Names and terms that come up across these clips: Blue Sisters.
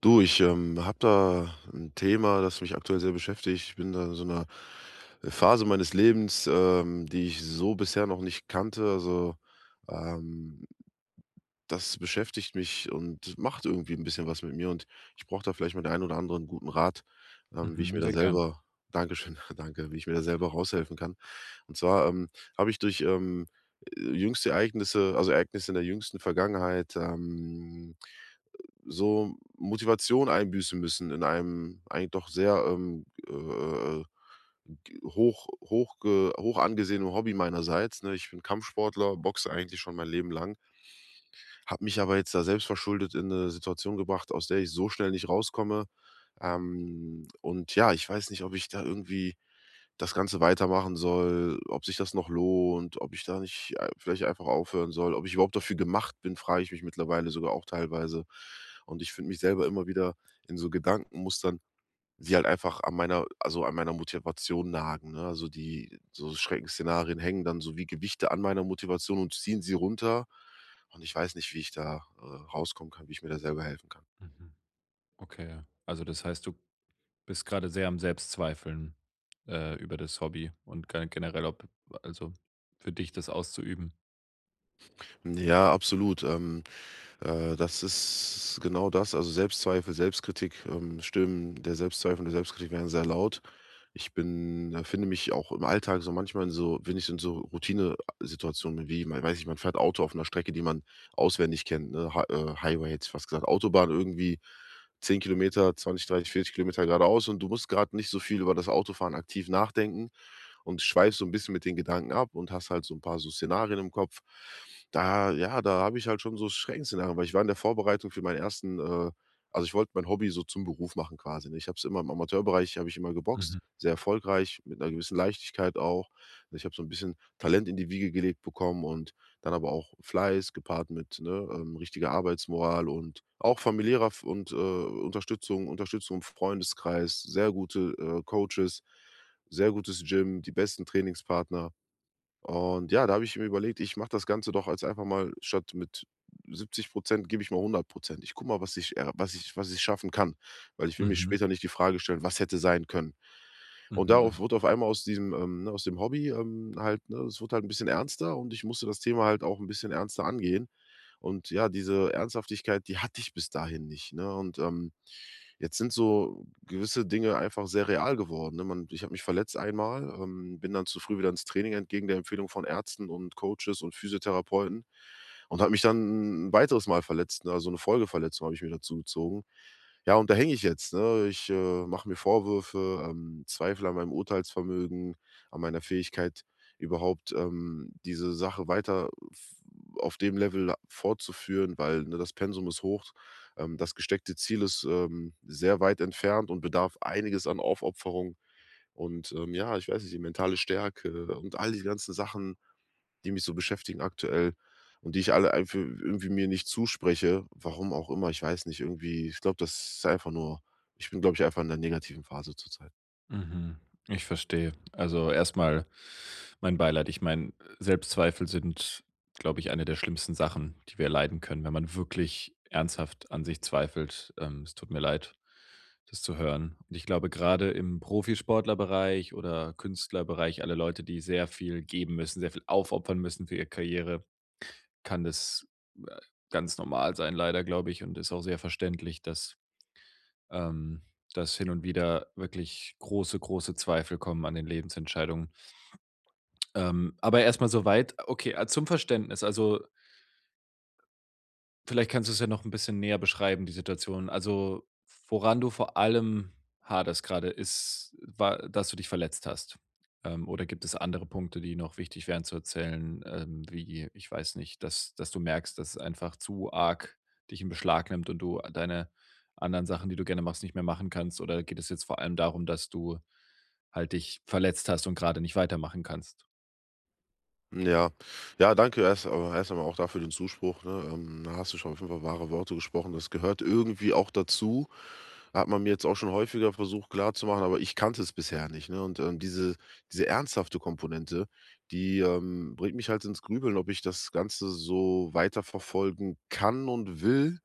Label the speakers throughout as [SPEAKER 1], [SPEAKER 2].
[SPEAKER 1] Du, ich habe da ein Thema, das mich aktuell sehr beschäftigt. Ich bin da in so einer Phase meines Lebens, die ich so bisher noch nicht kannte. Also ähm, das beschäftigt mich und macht irgendwie ein bisschen was mit mir. Und ich brauche da vielleicht mal den einen oder anderen guten Rat, wie ich mir
[SPEAKER 2] Mhm,
[SPEAKER 1] da
[SPEAKER 2] sehr gern.
[SPEAKER 1] selber, Dankeschön, danke, wie ich mir da selber raushelfen kann. Und zwar habe ich durch jüngste Ereignisse, also Ereignisse in der jüngsten Vergangenheit, so Motivation einbüßen müssen in einem eigentlich doch sehr, g hoch hoch ge hoch angesehenen Hobby meinerseits, ne? Ich bin Kampfsportler, boxe eigentlich schon mein Leben lang, habe mich aber jetzt da selbstverschuldet in eine Situation gebracht, aus der ich so schnell nicht rauskomme. Und ja, ich weiß nicht, ob ich da irgendwie das Ganze weitermachen soll, ob sich das noch lohnt, ob ich da nicht ei vielleicht einfach aufhören soll, ob ich überhaupt dafür gemacht bin, frage ich mich mittlerweile sogar auch teilweise. Und ich finde mich selber immer wieder in so Gedankenmustern, die halt einfach an meiner an meiner Motivation nagen, ne? Also, die so Schreckensszenarien hängen dann so wie Gewichte an meiner Motivation und ziehen sie runter. Und ich weiß nicht, wie ich da, rauskommen kann, wie ich mir da selber helfen kann.
[SPEAKER 2] Mhm. Okay, ja. Also das heißt, du bist gerade sehr am Selbstzweifeln, über das Hobby und generell, ob also für dich das auszuüben.
[SPEAKER 1] Ja, absolut. Das ist genau das. Also Selbstzweifel, Selbstkritik, Stimmen der Selbstzweifel und der Selbstkritik werden sehr laut. Ich bin finde mich auch im Alltag so manchmal in so wenn ich so in so Routinesituationen bin, wie man weiß ich, man fährt Auto auf einer Strecke, die man auswendig kennt, ne? Hi Highway hätte ich fast gesagt, Autobahn irgendwie 10 Kilometer, 20, 30, 40 Kilometer geradeaus und du musst gerade nicht so viel über das Autofahren aktiv nachdenken und schweifst so ein bisschen mit den Gedanken ab und hast halt so ein paar so Szenarien im Kopf. Da ja, da habe ich halt schon so Schreckensszenarien, weil ich war in der Vorbereitung für meinen ersten, also, ich wollte mein Hobby so zum Beruf machen quasi, ne? Ich habe es immer im Amateurbereich habe ich immer geboxt,
[SPEAKER 2] Mhm.
[SPEAKER 1] sehr erfolgreich, mit einer gewissen Leichtigkeit auch. Also, ich habe so ein bisschen Talent in die Wiege gelegt bekommen und dann aber auch Fleiß gepaart mit, ne, richtiger Arbeitsmoral und auch familiärer Unterstützung im Freundeskreis, sehr gute, Coaches, sehr gutes Gym, die besten Trainingspartner. Und ja, da habe ich mir überlegt, ich mache das Ganze doch als einfach mal statt mit 70 gebe ich mal 100. Ich gucke mal, was ich schaffen kann, weil ich will mich
[SPEAKER 2] Mhm.
[SPEAKER 1] später nicht die Frage stellen: „Was hätte sein können?"
[SPEAKER 2] Mhm.
[SPEAKER 1] Und darauf
[SPEAKER 2] Mhm.
[SPEAKER 1] wurde auf einmal aus diesem, ne, aus dem Hobby, halt ne, es wurde halt ein bisschen ernster und ich musste das Thema halt auch ein bisschen ernster angehen. Und ja, diese Ernsthaftigkeit, die hatte ich bis dahin nicht, ne? Und, jetzt sind so gewisse Dinge einfach sehr real geworden, ne? Man ich habe mich verletzt einmal, bin dann zu früh wieder ins Training entgegen der Empfehlung von Ärzten und Coaches und Physiotherapeuten und habe mich dann ein weiteres Mal verletzt, ne? Also, so eine Folgeverletzung habe ich mir dazu gezogen. Ja, und da hänge ich jetzt, ne? Ich, mache mir Vorwürfe, zweifle an meinem Urteilsvermögen, an meiner Fähigkeit, überhaupt, diese Sache weiter f auf dem Level fortzuführen, weil, ne, das Pensum ist hoch. Das gesteckte Ziel ist, sehr weit entfernt und bedarf einiges an Aufopferung und, ja, ich weiß nicht, die mentale Stärke und all die ganzen Sachen, die mich so beschäftigen aktuell und die ich alle einfach irgendwie mir nicht zuspreche, warum auch immer, ich weiß nicht, irgendwie ich glaube, das ist einfach nur ich bin, glaube ich, einfach in 'ner negativen Phase zurzeit.
[SPEAKER 2] Mhm. Ich verstehe. Also erstmal mein Beileid. Ich meine, Selbstzweifel sind, glaube ich, eine der schlimmsten Sachen, die wir leiden können, wenn man wirklich ernsthaft an sich zweifelt. Es tut mir leid, das zu hören. Und ich glaube, gerade im Profisportlerbereich oder Künstlerbereich, alle Leute, die sehr viel geben müssen, sehr viel aufopfern müssen für ihre Karriere, kann das, äh, ganz normal sein leider, glaube ich, und ist auch sehr verständlich, dass ähm, dass hin und wieder wirklich große, große Zweifel kommen an den Lebensentscheidungen. Aber erstmal mal so weit okay, ah, zum Verständnis. Also, vielleicht kannst du es ja noch ein bisschen näher beschreiben, die Situation. Also, woran du vor allem haderst gerade, ist war dass du dich verletzt hast? Oder gibt es andere Punkte, die noch wichtig wären zu erzählen, wie ich weiß nicht, dass du merkst, dass es einfach zu arg dich in Beschlag nimmt und du deine anderen Sachen, die du gerne machst, nicht mehr machen kannst? Oder geht es jetzt vor allem darum, dass du halt dich verletzt hast und gerade nicht weitermachen kannst?
[SPEAKER 1] Hm, ja. Ja, danke erst aber erst einmal auch dafür den Zuspruch, ne? Da hast du schon auf jeden Fall wahre Worte gesprochen. Das gehört irgendwie auch dazu, hat man mir jetzt auch schon häufiger versucht klarzumachen, aber ich kannte es bisher nicht, ne? Und, diese ernsthafte Komponente, die, bringt mich halt ins Grübeln, ob ich das Ganze so weiterverfolgen kann und will,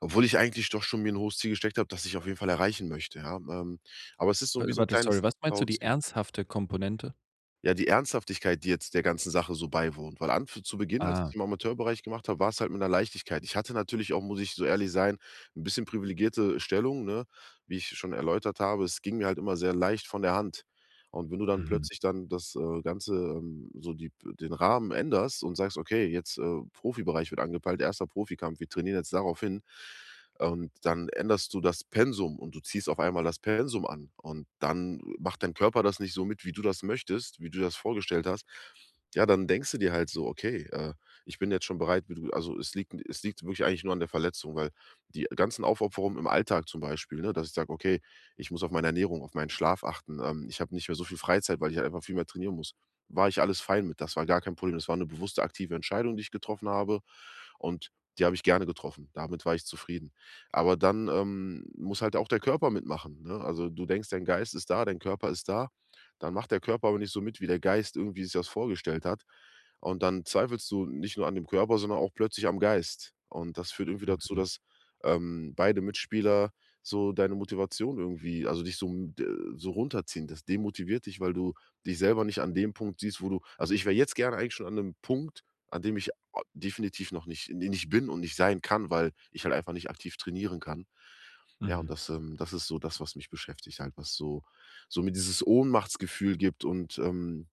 [SPEAKER 1] obwohl ich eigentlich doch schon mir ein hohes Ziel gesteckt habe, das ich auf jeden Fall erreichen möchte, ja? Aber es ist
[SPEAKER 2] Wa
[SPEAKER 1] so wie so ein
[SPEAKER 2] warte, sorry,
[SPEAKER 1] kleines
[SPEAKER 2] was meinst du, die
[SPEAKER 1] Tauziehen.
[SPEAKER 2] ernsthafte Komponente?
[SPEAKER 1] Ja, die Ernsthaftigkeit, die jetzt der ganzen Sache so beiwohnt, weil an zu Beginn, als ich's
[SPEAKER 2] Ah,
[SPEAKER 1] im Amateurbereich gemacht habe, war es halt mit einer Leichtigkeit. Ich hatte natürlich auch, muss ich so ehrlich sein, ein bisschen privilegierte Stellung, ne? Wie ich schon erläutert habe, es ging mir halt immer sehr leicht von der Hand. Und wenn du dann
[SPEAKER 2] mhm,
[SPEAKER 1] plötzlich dann das, Ganze, so die den Rahmen änderst und sagst: „Okay, jetzt, Profibereich wird angepeilt, erster Profikampf, wir trainieren jetzt darauf hin." Und dann änderst du das Pensum und du ziehst auf einmal das Pensum an. Und dann macht dein Körper das nicht so mit, wie du das möchtest, wie du das vorgestellt hast. Ja, dann denkst du dir halt so: „Okay, ich bin jetzt schon bereit, wie du" also, es liegt wirklich eigentlich nur an der Verletzung, weil die ganzen Aufopferungen im Alltag zum Beispiel, ne, dass ich sage: „Okay, ich muss auf meine Ernährung, auf meinen Schlaf achten. Ich habe nicht mehr so viel Freizeit, weil ich halt einfach viel mehr trainieren muss." War ich alles fein mit. Das war gar kein Problem. Das war eine bewusste, aktive Entscheidung, die ich getroffen habe und die habe ich gerne getroffen. Damit war ich zufrieden. Aber dann, muss halt auch der Körper mitmachen, ne? Also, du denkst, dein Geist ist da, dein Körper ist da, dann macht der Körper aber nicht so mit, wie der Geist irgendwie sich das vorgestellt hat. Und dann zweifelst du nicht nur an dem Körper, sondern auch plötzlich am Geist. Und das führt irgendwie dazu,
[SPEAKER 2] mhm,
[SPEAKER 1] dass, beide Mitspieler so deine Motivation irgendwie dich so m d so runterziehen. Das demotiviert dich, weil du dich selber nicht an dem Punkt siehst, wo du ich wäre jetzt gerne eigentlich schon an einem Punkt, an dem ich O definitiv noch nicht bin und nicht sein kann, weil ich halt einfach nicht aktiv trainieren kann. Ja, und
[SPEAKER 2] mhm.
[SPEAKER 1] das, das ist so das, was mich beschäftigt halt, was so so mir dieses Ohnmachtsgefühl gibt und,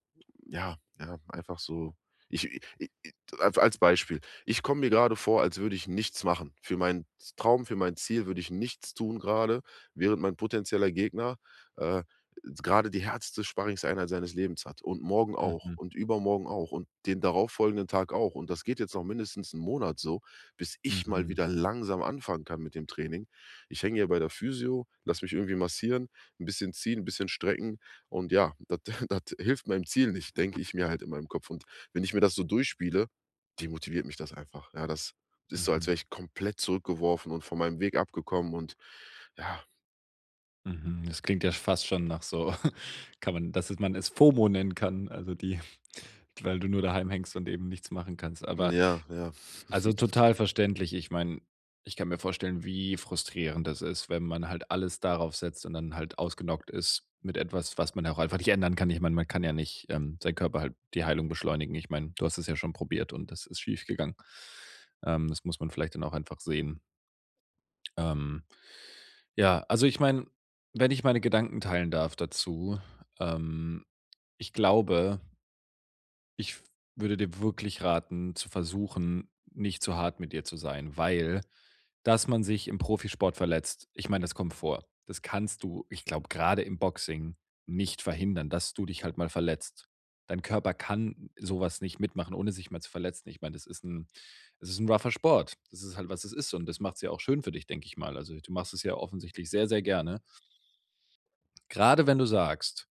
[SPEAKER 1] ja, ja, einfach so. Ich i i als als Beispiel. Ich komme mir gerade vor, als würde ich nichts machen. Für meinen Traum, für mein Ziel würde ich nichts tun gerade, während mein potenzieller Gegner, äh, grade die härteste Sparringseinheit seines Lebens hat und morgen auch
[SPEAKER 2] Mhm,
[SPEAKER 1] und übermorgen auch und den darauffolgenden Tag auch. Und das geht jetzt noch mindestens einen Monat so, bis ich mal
[SPEAKER 2] mhm,
[SPEAKER 1] wieder langsam anfangen kann mit dem Training. Ich hänge hier bei der Physio, lass mich irgendwie massieren, ein bisschen ziehen, ein bisschen strecken und ja, das hilft meinem Ziel nicht, denke ich mir halt in meinem Kopf. Und wenn ich mir das so durchspiele, demotiviert mich das einfach. Ja, das ist so, als
[SPEAKER 2] mhm,
[SPEAKER 1] wäre ich komplett zurückgeworfen und von meinem Weg abgekommen und ja,
[SPEAKER 2] mhm. Das klingt ja fast schon nach so kann man, dass es man es FOMO nennen kann, also die weil du nur daheim hängst und eben nichts machen kannst. Aber
[SPEAKER 1] ja, ja.
[SPEAKER 2] also, total verständlich. Ich meine, ich kann mir vorstellen, wie frustrierend das ist, wenn man halt alles darauf setzt und dann halt ausgenockt ist mit etwas, was man ja auch einfach nicht ändern kann. Ich meine, man kann ja nicht, seinen Körper halt die Heilung beschleunigen. Ich meine, du hast es ja schon probiert und das ist schiefgegangen. Das muss man vielleicht dann auch einfach sehen. Ähm Ja, also ich meine, wenn ich meine Gedanken teilen darf dazu, ähm, ich glaube, ich würde dir wirklich raten, zu versuchen, nicht zu hart mit dir zu sein, weil, dass man sich im Profisport verletzt, ich meine, das kommt vor. Das kannst du, ich glaube, gerade im Boxing nicht verhindern, dass du dich halt mal verletzt. Dein Körper kann sowas nicht mitmachen, ohne sich mal zu verletzen. Ich meine, es ist ein rougher Sport. Das ist halt, was es ist. Und das macht es ja auch schön für dich, denke ich mal. Also, du machst es ja offensichtlich sehr, sehr gerne. Gerade wenn du sagst,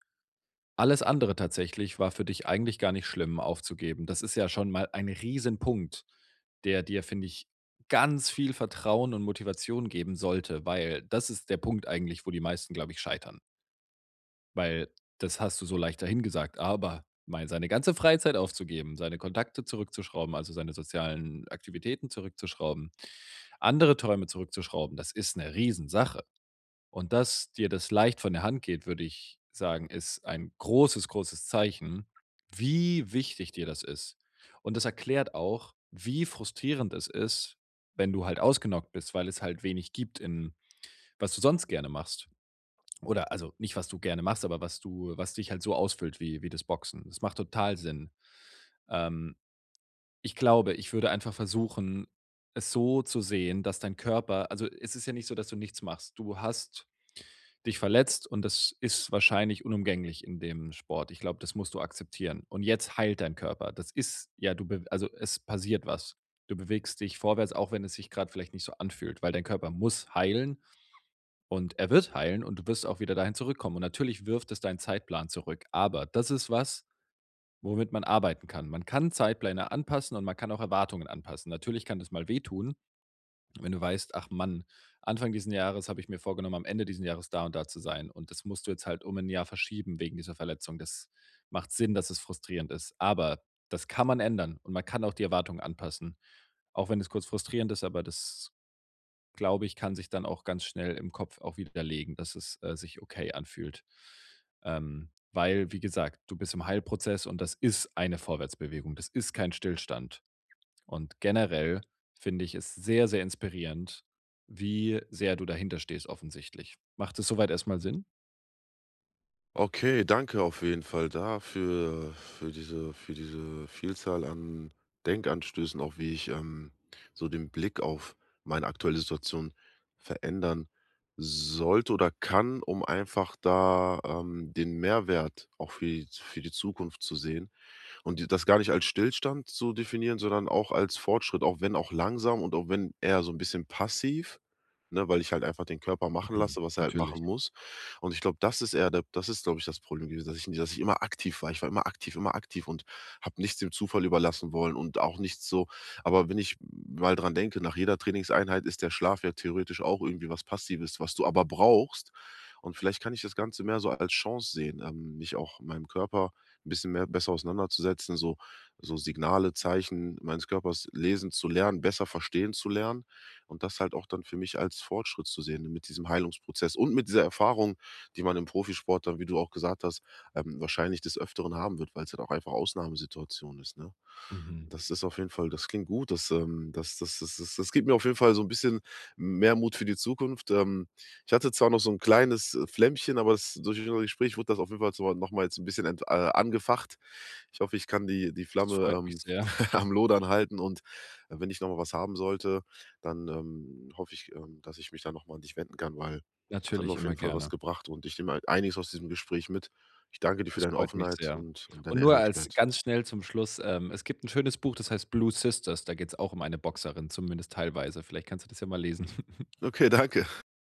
[SPEAKER 2] alles andere tatsächlich war für dich eigentlich gar nicht schlimm aufzugeben. Das ist ja schon mal ein Riesenpunkt, der dir, finde ich, ganz viel Vertrauen und Motivation geben sollte, weil das ist der Punkt eigentlich, wo die meisten, glaube ich, scheitern. Weil das hast du so leicht dahingesagt, aber mal seine ganze Freizeit aufzugeben, seine Kontakte zurückzuschrauben, also seine sozialen Aktivitäten zurückzuschrauben, andere Träume zurückzuschrauben, das ist 'ne Riesensache. Und dass dir das leicht von der Hand geht, würde ich sagen, ist ein großes, großes Zeichen, wie wichtig dir das ist. Und das erklärt auch, wie frustrierend es ist, wenn du halt ausgenockt bist, weil es halt wenig gibt in was du sonst gerne machst. Oder also nicht, was du gerne machst, aber was du was dich halt so ausfüllt wie wie das Boxen. Das macht total Sinn. Ähm, Ich glaube, ich würde einfach versuchen, es so zu sehen, dass dein Körper also, es ist ja nicht so, dass du nichts machst. Du hast dich verletzt und das ist wahrscheinlich unumgänglich in dem Sport. Ich glaube, das musst du akzeptieren. Und jetzt heilt dein Körper. Das ist ja, du be also es passiert was. Du bewegst dich vorwärts, auch wenn es sich gerade vielleicht nicht so anfühlt, weil dein Körper muss heilen und er wird heilen und du wirst auch wieder dahin zurückkommen. Und natürlich wirft es deinen Zeitplan zurück. Aber das ist was, womit man arbeiten kann. Man kann Zeitpläne anpassen und man kann auch Erwartungen anpassen. Natürlich kann das mal wehtun, wenn du weißt, ach Mann, Anfang diesen Jahres habe ich mir vorgenommen, am Ende diesen Jahres da und da zu sein. Und das musst du jetzt halt um ein Jahr verschieben wegen dieser Verletzung. Das macht Sinn, dass es frustrierend ist. Aber das kann man ändern und man kann auch die Erwartungen anpassen. Auch wenn es kurz frustrierend ist, aber das, glaube ich, kann sich dann auch ganz schnell im Kopf auch widerlegen, dass es sich okay anfühlt. Weil, wie gesagt, du bist im Heilprozess und das ist eine Vorwärtsbewegung. Das ist kein Stillstand. Und generell finde ich es sehr, sehr inspirierend, wie sehr du dahinter stehst, offensichtlich. Macht es soweit erstmal Sinn?
[SPEAKER 1] Okay, danke auf jeden Fall dafür, für diese Vielzahl an Denkanstößen, auch wie ich, so den Blick auf meine aktuelle Situation verändern sollte oder kann, um einfach da, den Mehrwert auch für die Zukunft zu sehen. Und die das gar nicht als Stillstand zu definieren, sondern auch als Fortschritt, auch wenn auch langsam und auch wenn eher so ein bisschen passiv, ne, weil ich halt einfach den Körper machen
[SPEAKER 2] Mhm,
[SPEAKER 1] lasse, was er halt
[SPEAKER 2] natürlich.
[SPEAKER 1] machen muss. Und ich glaube, das ist eher der das ist, glaube ich, das Problem gewesen, dass ich immer aktiv war. Ich war immer aktiv und habe nichts dem Zufall überlassen wollen und auch nichts so aber wenn ich mal dran denke, nach jeder Trainingseinheit ist der Schlaf ja theoretisch auch irgendwie was Passives, was du aber brauchst. Und vielleicht kann ich das Ganze mehr so als Chance sehen, mich auch meinem Körper 'n bisschen mehr besser auseinanderzusetzen, so so Signale, Zeichen meines Körpers lesen zu lernen, besser verstehen zu lernen und das halt auch dann für mich als Fortschritt zu sehen mit diesem Heilungsprozess und mit dieser Erfahrung, die man im Profisport dann, wie du auch gesagt hast, wahrscheinlich des Öfteren haben wird, weil es halt auch einfach Ausnahmesituation ist, ne?
[SPEAKER 2] Mhm.
[SPEAKER 1] Das ist auf jeden Fall das klingt gut, das gibt mir auf jeden Fall so ein bisschen mehr Mut für die Zukunft, ich hatte zwar noch so 'n kleines, Flämmchen, aber das durch unser Gespräch wurde das auf jeden Fall so noch mal jetzt 'n bisschen ent angefacht. Ich hoffe, ich kann die
[SPEAKER 2] Das
[SPEAKER 1] Flamme,
[SPEAKER 2] freut mich sehr.
[SPEAKER 1] am Lodern halten und wenn ich noch mal was haben sollte, dann, hoffe ich, dass ich mich da noch mal an dich wenden kann, weil das hat mir
[SPEAKER 2] Natürlich,
[SPEAKER 1] auf
[SPEAKER 2] immer
[SPEAKER 1] jeden Fall was
[SPEAKER 2] gerne.
[SPEAKER 1] gebracht und ich nehme halt einiges aus diesem Gespräch mit. Ich danke dir für
[SPEAKER 2] Das
[SPEAKER 1] deine
[SPEAKER 2] freut mich
[SPEAKER 1] Offenheit
[SPEAKER 2] sehr.
[SPEAKER 1] und
[SPEAKER 2] Und
[SPEAKER 1] deine
[SPEAKER 2] nur als
[SPEAKER 1] Ehrlichkeit.
[SPEAKER 2] ganz schnell zum Schluss, es gibt ein schönes Buch, das heißt „Blue Sisters“, da geht es auch um eine Boxerin, zumindest teilweise. Vielleicht kannst du das ja mal lesen.
[SPEAKER 1] Okay, danke.